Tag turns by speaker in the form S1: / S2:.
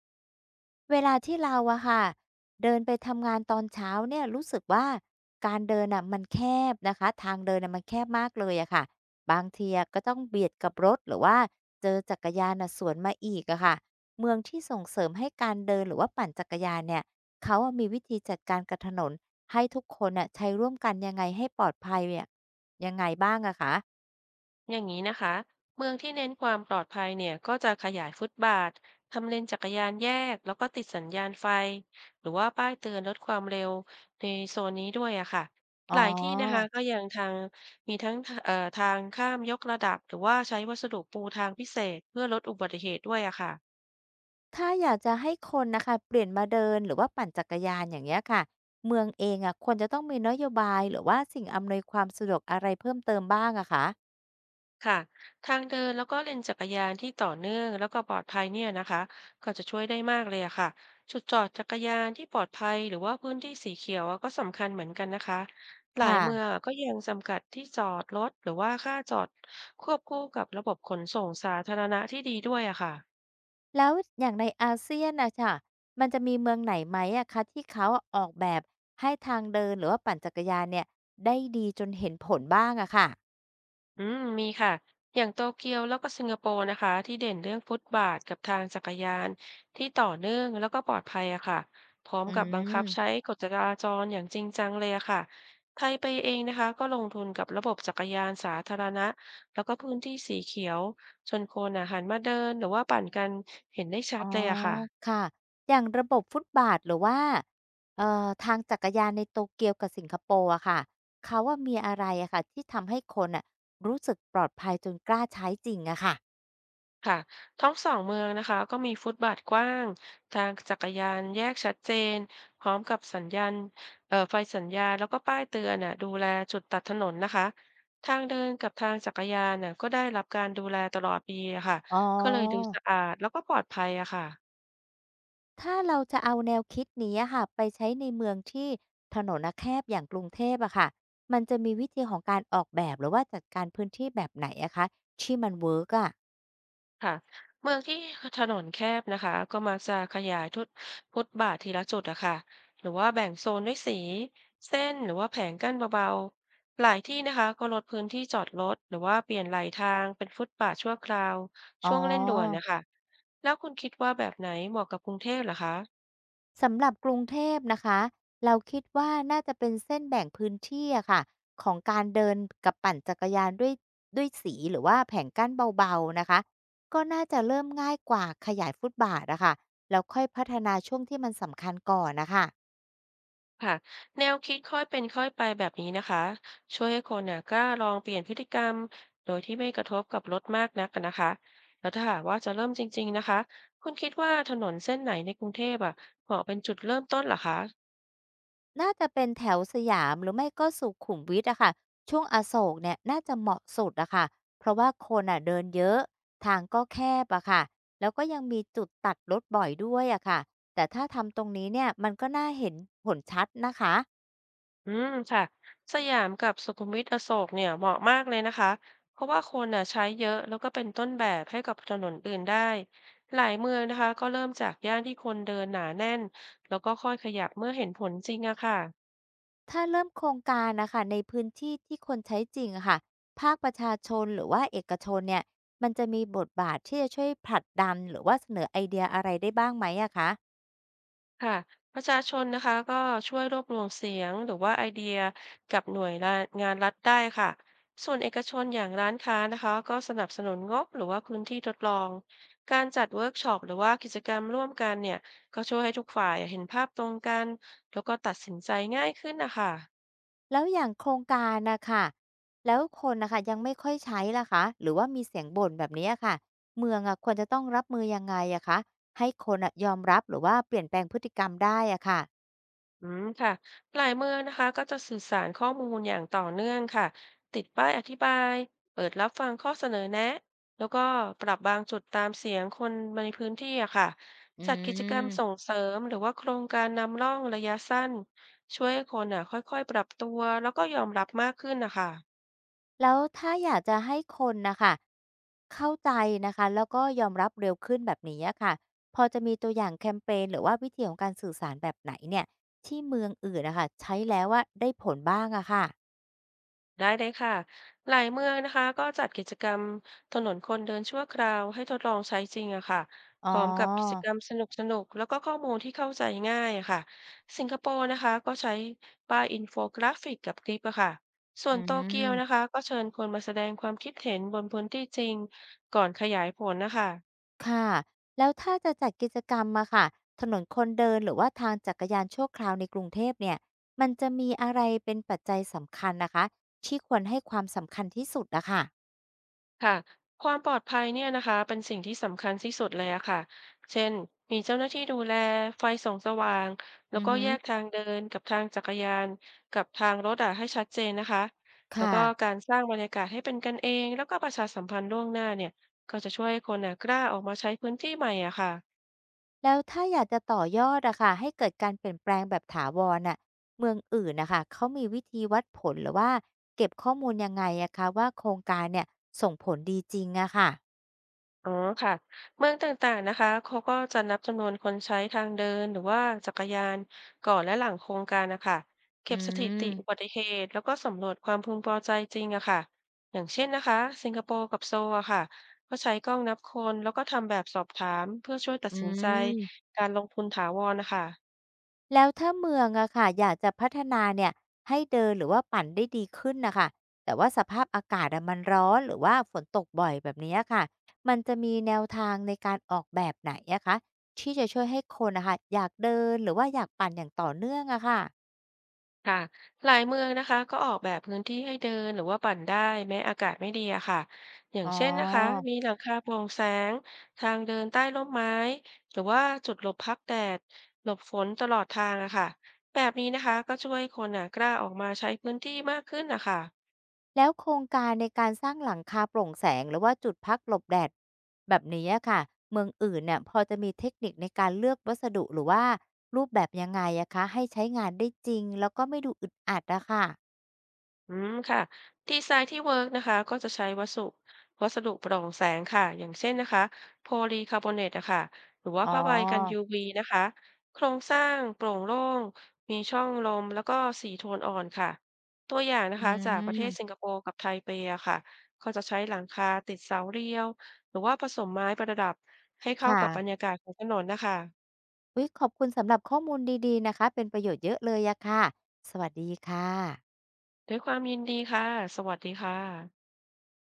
S1: เวลาที่เราอะค่ะเดินไปทำงานตอนเช้าเนี่ยรู้สึกว่าการเดินอะมันแคบนะคะทางเดินอะมันแคบมากเลยอะค่ะบางทีอะก็ต้องเบียดกับรถหรือว่าเจอจักรยานอะสวนมาอีกอะค่ะเมืองที่ส่งเสริมให้การเดินหรือว่าปั่นจักรยานเนี่ยเขาอะมีวิธีจัดการกับถนนให้ทุกคนอะใช้ร่วมกันยังไงให้ปลอดภัยเนี่ยยังไงบ้างอะคะ
S2: อย่างนี้นะคะเมืองที่เน้นความปลอดภัยเนี่ยก็จะขยายฟุตบาททำเลนจักรยานแยกแล้วก็ติดสัญญาณไฟหรือว่าป้ายเตือนลดความเร็วในโซนนี้ด้วยอะค่ะ
S1: อ๋
S2: หลายที่นะคะ
S1: อ
S2: ก็ยังทางมีทั้งทางข้ามยกระดับหรือว่าใช้วัสดุปูทางพิเศษเพื่อลดอุบัติเหตุด้วยอะค่ะ
S1: ถ้าอยากจะให้คนนะคะเปลี่ยนมาเดินหรือว่าปั่นจักรยานอย่างเงี้ยค่ะเมืองเองอะควรจะต้องมีนโยบายหรือว่าสิ่งอำนวยความสะดวกอะไรเพิ่มเติมบ้างอะคะ
S2: ค่ะทางเดินแล้วก็เลนจักรยานที่ต่อเนื่องแล้วก็ปลอดภัยเนี่ยนะคะก็จะช่วยได้มากเลยอะค่ะจุดจอดจักรยานที่ปลอดภัยหรือว่าพื้นที่สีเขียวอะก็สำคัญเหมือนกันนะคะหลายเมือง
S1: ค่ะ
S2: อะก็ยังจำกัดที่จอดรถหรือว่าค่าจอดควบคู่กับระบบขนส่งสาธารณะที่ดีด้วยอะค่ะ
S1: แล้วอย่างในอาเซียนนะค่ะมันจะมีเมืองไหนไหมอะคะที่เขาอออกแบบให้ทางเดินหรือว่าปั่นจักรยานเนี่ยได้ดีจนเห็นผลบ้างอะค่ะ
S2: อืมมีค่ะอย่างโตเกียวแล้วก็สิงคโปร์นะคะที่เด่นเรื่องฟุตบาทกับทางจักรยานที่ต่อเนื่องแล้วก็ปลอดภัยอะค่ะ พร้อม
S1: อื
S2: กับบังคับใช้
S1: ม
S2: กฎจราจรอย่างจริงจังเลยอะค่ะ ไทยไปเองนะคะก็ลงทุนกับระบบจักรยานสาธารณะแล้วก็พื้นที่สีเขียวจนคนอะหันมาเดินหรือว่าปั่นกันเห็นได้ชัด
S1: อ๋อ
S2: เลยอะค่ะ
S1: ค่ะอย่างระบบฟุตบาทหรือว่าทางจักรยานในโตเกียวกับสิงคโปร์อะค่ะเขาว่ามีอะไรอะค่ะที่ทำให้คนน่ะรู้สึกปลอดภัยจนกล้าใช้จริงอะค่ะ
S2: ค่ะทั้งสองเมืองนะคะก็มีฟุตบาทกว้างทางจักรยานแยกชัดเจนพร้อมกับสัญญาณไฟสัญญาณแล้วก็ป้ายเตือนน่ะดูแลจุดตัดถนนนะคะทางเดินกับทางจักรยานน่ะก็ได้รับการดูแลตลอดปีอะค่ะ
S1: อ๋อ
S2: ก็เลยดูสะอาดแล้วก็ปลอดภัยอะค่ะ
S1: ถ้าเราจะเอาแนวคิดนี้อะค่ะไปใช้ในเมืองที่ถนนน่ะแคบอย่างกรุงเทพอะค่ะมันจะมีวิธีของการออกแบบหรือว่าจัดการพื้นที่แบบไหนอะคะที่มันเวิร์กอะ
S2: ค่ะเมืองที่ถนนแคบนะคะก็มักจะขยายทุดฟุตบาททีละจุดอะค่ะหรือว่าแบ่งโซนด้วยสีเส้นหรือว่าแผงกั้นเบาๆหลายที่นะคะก็ลดพื้นที่จอดรถหรือว่าเปลี่ยนไหลทางเป็นฟุตบาทชั่วคราว
S1: อ๋
S2: ช่วงเร่งด่วน
S1: อ
S2: นะคะแล้วคุณคิดว่าแบบไหนเหมาะกับกรุงเทพเหรอคะ
S1: สำหรับกรุงเทพนะคะเราคิดว่าน่าจะเป็นเส้นแบ่งพื้นที่อะค่ะของการเดินกับปั่นจักรยานด้วยสีหรือว่าแผงกั้นเบาๆนะคะก็น่าจะเริ่มง่ายกว่าขยายฟุตบาทอะค่ะแล้วค่อยพัฒนาช่วงที่มันสำคัญก่อนนะคะ
S2: ค่ะแนวคิดค่อยเป็นค่อยไปแบบนี้นะคะช่วยให้คนเนี่ยกล้าลองเปลี่ยนพฤติกรรมโดยที่ไม่กระทบกับรถมากนักอะนะคะแล้วถ้าหากว่าจะเริ่มจริงๆนะคะคุณคิดว่าถนนเส้นไหนในกรุงเทพอ่ะเหมาะเป็นจุดเริ่มต้นเหรอคะ
S1: น่าจะเป็นแถวสยามหรือไม่ก็สุขุมวิทอะค่ะช่วงอโศกเนี่ยน่าจะเหมาะสุดอะค่ะเพราะว่าคนอะเดินเยอะทางก็แคบอะค่ะแล้วก็ยังมีจุดตัดรถบ่อยด้วยอะค่ะแต่ถ้าทำตรงนี้เนี่ยมันก็น่าเห็นผลชัดนะคะ
S2: อืมค่ะสยามกับสุขุมวิทอโศกเนี่ยเหมาะมากเลยนะคะเพราะว่าคนน่ะใช้เยอะแล้วก็เป็นต้นแบบให้กับถนนอื่นได้หลายเมืองนะคะก็เริ่มจากย่านที่คนเดินหนาแน่นแล้วก็ค่อยขยับเมื่อเห็นผลจริงอะค่ะ
S1: ถ้าเริ่มโครงการนะค่ะในพื้นที่ที่คนใช้จริงอะค่ะภาคประชาชนหรือว่าเอกชนเนี่ยมันจะมีบทบาทที่จะช่วยผลักดันหรือว่าเสนอไอเดียอะไรได้บ้างไหมอะคะ
S2: ค่ะประชาชนนะคะก็ช่วยรวบรวมเสียงหรือว่าไอเดียกับหน่วยงานรัฐได้ค่ะส่วนเอกชนอย่างร้านค้านะคะก็สนับสนุนงบหรือว่าพื้นที่ทดลองการจัดเวิร์กช็อปหรือว่ากิจกรรมร่วมกันเนี่ยก็ช่วยให้ทุกฝ่ายเห็นภาพตรงกันแล้วก็ตัดสินใจง่ายขึ้นนะคะ
S1: แล้วอย่างโครงการนะค่ะแล้วคนนะคะยังไม่ค่อยใช้ล่ะคะหรือว่ามีเสียงบ่นแบบนี้อะค่ะเมืองอะควรจะต้องรับมือยังไงอะคะให้คนอะยอมรับหรือว่าเปลี่ยนแปลงพฤติกรรมได้อะค่ะ
S2: อืมค่ะหลายเมืองนะคะก็จะสื่อสารข้อมูลอย่างต่อเนื่องค่ะ ติดป้ายอธิบาย เปิดรับฟังข้อเสนอแนะ แล้วก็ปรับบางจุดตามเสียงคนในพื้นที่อะค่ะ
S1: อื
S2: จัดกิจกรรมส่
S1: ม
S2: งเสริมหรือว่าโครงการนำร่องระยะสั้น ช่วยให้คนอะค่อยๆปรับตัวแล้วก็ยอมรับมากขึ้นนะคะ
S1: แล้วถ้าอยากจะให้คนนะคะเข้าใจนะคะแล้วก็ยอมรับเร็วขึ้นแบบนี้อะค่ะพอจะมีตัวอย่างแคมเปญหรือว่าวิธีของการสื่อสารแบบไหนเนี่ยที่เมืองอื่นนะคะใช้แล้วว่าได้ผลบ้างอะค่ะ
S2: ได้เลยค่ะ หลายเมืองนะคะก็จัดกิจกรรมถนนคนเดินชั่วคราวให้ทดลองใช้จริงอะค่ะ
S1: อ๋
S2: พ
S1: อ
S2: ร้อมกับกิจกรรมสนุกสนุกแล้วก็ข้อมูลที่เข้าใจง่ายอะค่ะ สิงคโปร์นะคะก็ใช้ป้ายอินโฟกราฟิกกับคลิปอะค่ะ ส่ว
S1: อื
S2: นโตเกียวนะ
S1: ม
S2: คะก็เชิญคนมาแสดงความคิดเห็นบนพื้นที่จริงก่อนขยายผลนะคะ
S1: ค่ะแล้วถ้าจะจัดกิจกรรมมาค่ะถนนคนเดินหรือว่าทางจักรยานชั่วคราวในกรุงเทพเนี่ยมันจะมีอะไรเป็นปัจจัยสำคัญนะคะที่ควรให้ความสำคัญที่สุดอะค่ะ
S2: ค่ะความปลอดภัยเนี่ยนะคะเป็นสิ่งที่สำคัญที่สุดเลยอะค่ะเช่นมีเจ้าหน้าที่ดูแลไฟส่องสว่างแล้ว
S1: อือ
S2: ก็
S1: ฮึ
S2: แยกทางเดินกับทางจักรยานกับทางรถอะให้ชัดเจนนะคะแล้ว
S1: ค่ะ
S2: ก็การสร้างบรรยากาศให้เป็นกันเองแล้วก็ประชาสัมพันธ์ล่วงหน้าเนี่ยก็จะช่วยให้คนอะกล้าออกมาใช้พื้นที่ใหม่อะค่ะ
S1: แล้วถ้าอยากจะต่อยอดอะค่ะให้เกิดการเปลี่ยนแปลงแบบถาวรน่ะเมืองอื่นนะคะเขามีวิธีวัดผลหรือว่าเก็บข้อมูลยังไงอะคะว่าโครงการเนี่ยส่งผลดีจริงอะค่ะ
S2: อ๋อค่ะเมืองต่างๆนะคะเขาก็จะนับจำนวนคนใช้ทางเดินหรือว่าจักรยานก่อนและหลังโครงการนะคะเก็
S1: อื
S2: บสถิติอุบั
S1: ม
S2: ติเหตุแล้วก็สำรวจความพึงพอใจจริงอะค่ะอย่างเช่นนะคะสิงคโปร์กับโซลอะค่ะก็ใช้กล้องนับคนแล้วก็ทำแบบสอบถามเพื่อช่วยตัด
S1: อื
S2: สินใจ
S1: ม
S2: การลงทุนถาวรนะคะ
S1: แล้วถ้าเมืองอะค่ะอยากจะพัฒนาเนี่ยให้เดินหรือว่าปั่นได้ดีขึ้นนะคะแต่ว่าสภาพอากาศอะมันร้อนหรือว่าฝนตกบ่อยแบบนี้ค่ะมันจะมีแนวทางในการออกแบบไหนอะคะที่จะช่วยให้คนนะคะอยากเดินหรือว่าอยากปั่นอย่างต่อเนื่องอะค่ะ
S2: ค่ะหลายเมืองนะคะก็ออกแบบพื้นที่ให้เดินหรือว่าปั่นได้แม้อากาศไม่ดีอะค่ะอย่าง
S1: อ๋อ
S2: เช่นนะคะมีหลังคาโปร่งแสงทางเดินใต้ร่มไม้หรือว่าจุดหลบพักแดดหลบฝนตลอดทางอะค่ะแบบนี้นะคะก็ช่วยคนอะกล้าออกมาใช้พื้นที่มากขึ้นนะคะ
S1: แล้วโครงการในการสร้างหลังคาโปร่งแสงหรือว่าจุดพักหลบแดดแบบนี้อะค่ะเมืองอื่นเนี่ยพอจะมีเทคนิคในการเลือกวัสดุหรือว่ารูปแบบยังไงอะคะให้ใช้งานได้จริงแล้วก็ไม่ดูอึดอัดอะค่ะ
S2: อืมค่ะดีไซน์ที่เวิร์กนะคะก็จะใช้วัสดุโปร่งแสงค่ะอย่างเช่นนะคะโพลีคาร์บอเนตนะคะหรือว่า
S1: อ๋อ
S2: ผ้าใบกัน UV นะคะโครงสร้างโปร่งโล่งมีช่องลมแล้วก็สีโทนอ่อนค่ะตัวอย่างนะ
S1: อื
S2: คะจากประเทศสิงค
S1: ม
S2: โปร์กับไทเปอะค่ะก็จะใช้หลังคาติดเสาเรียวหรือว่าผสมไม้ประดับให้เข้า
S1: ค่ะ
S2: กับบรรยากาศของถนนนะคะ
S1: อุ๊ยขอบคุณสำหรับข้อมูลดีๆนะคะเป็นประโยชน์เยอะเลยอะค่ะสวัสดีค่ะ
S2: ด้วยความยินดีค่ะสวัสดีค่ะ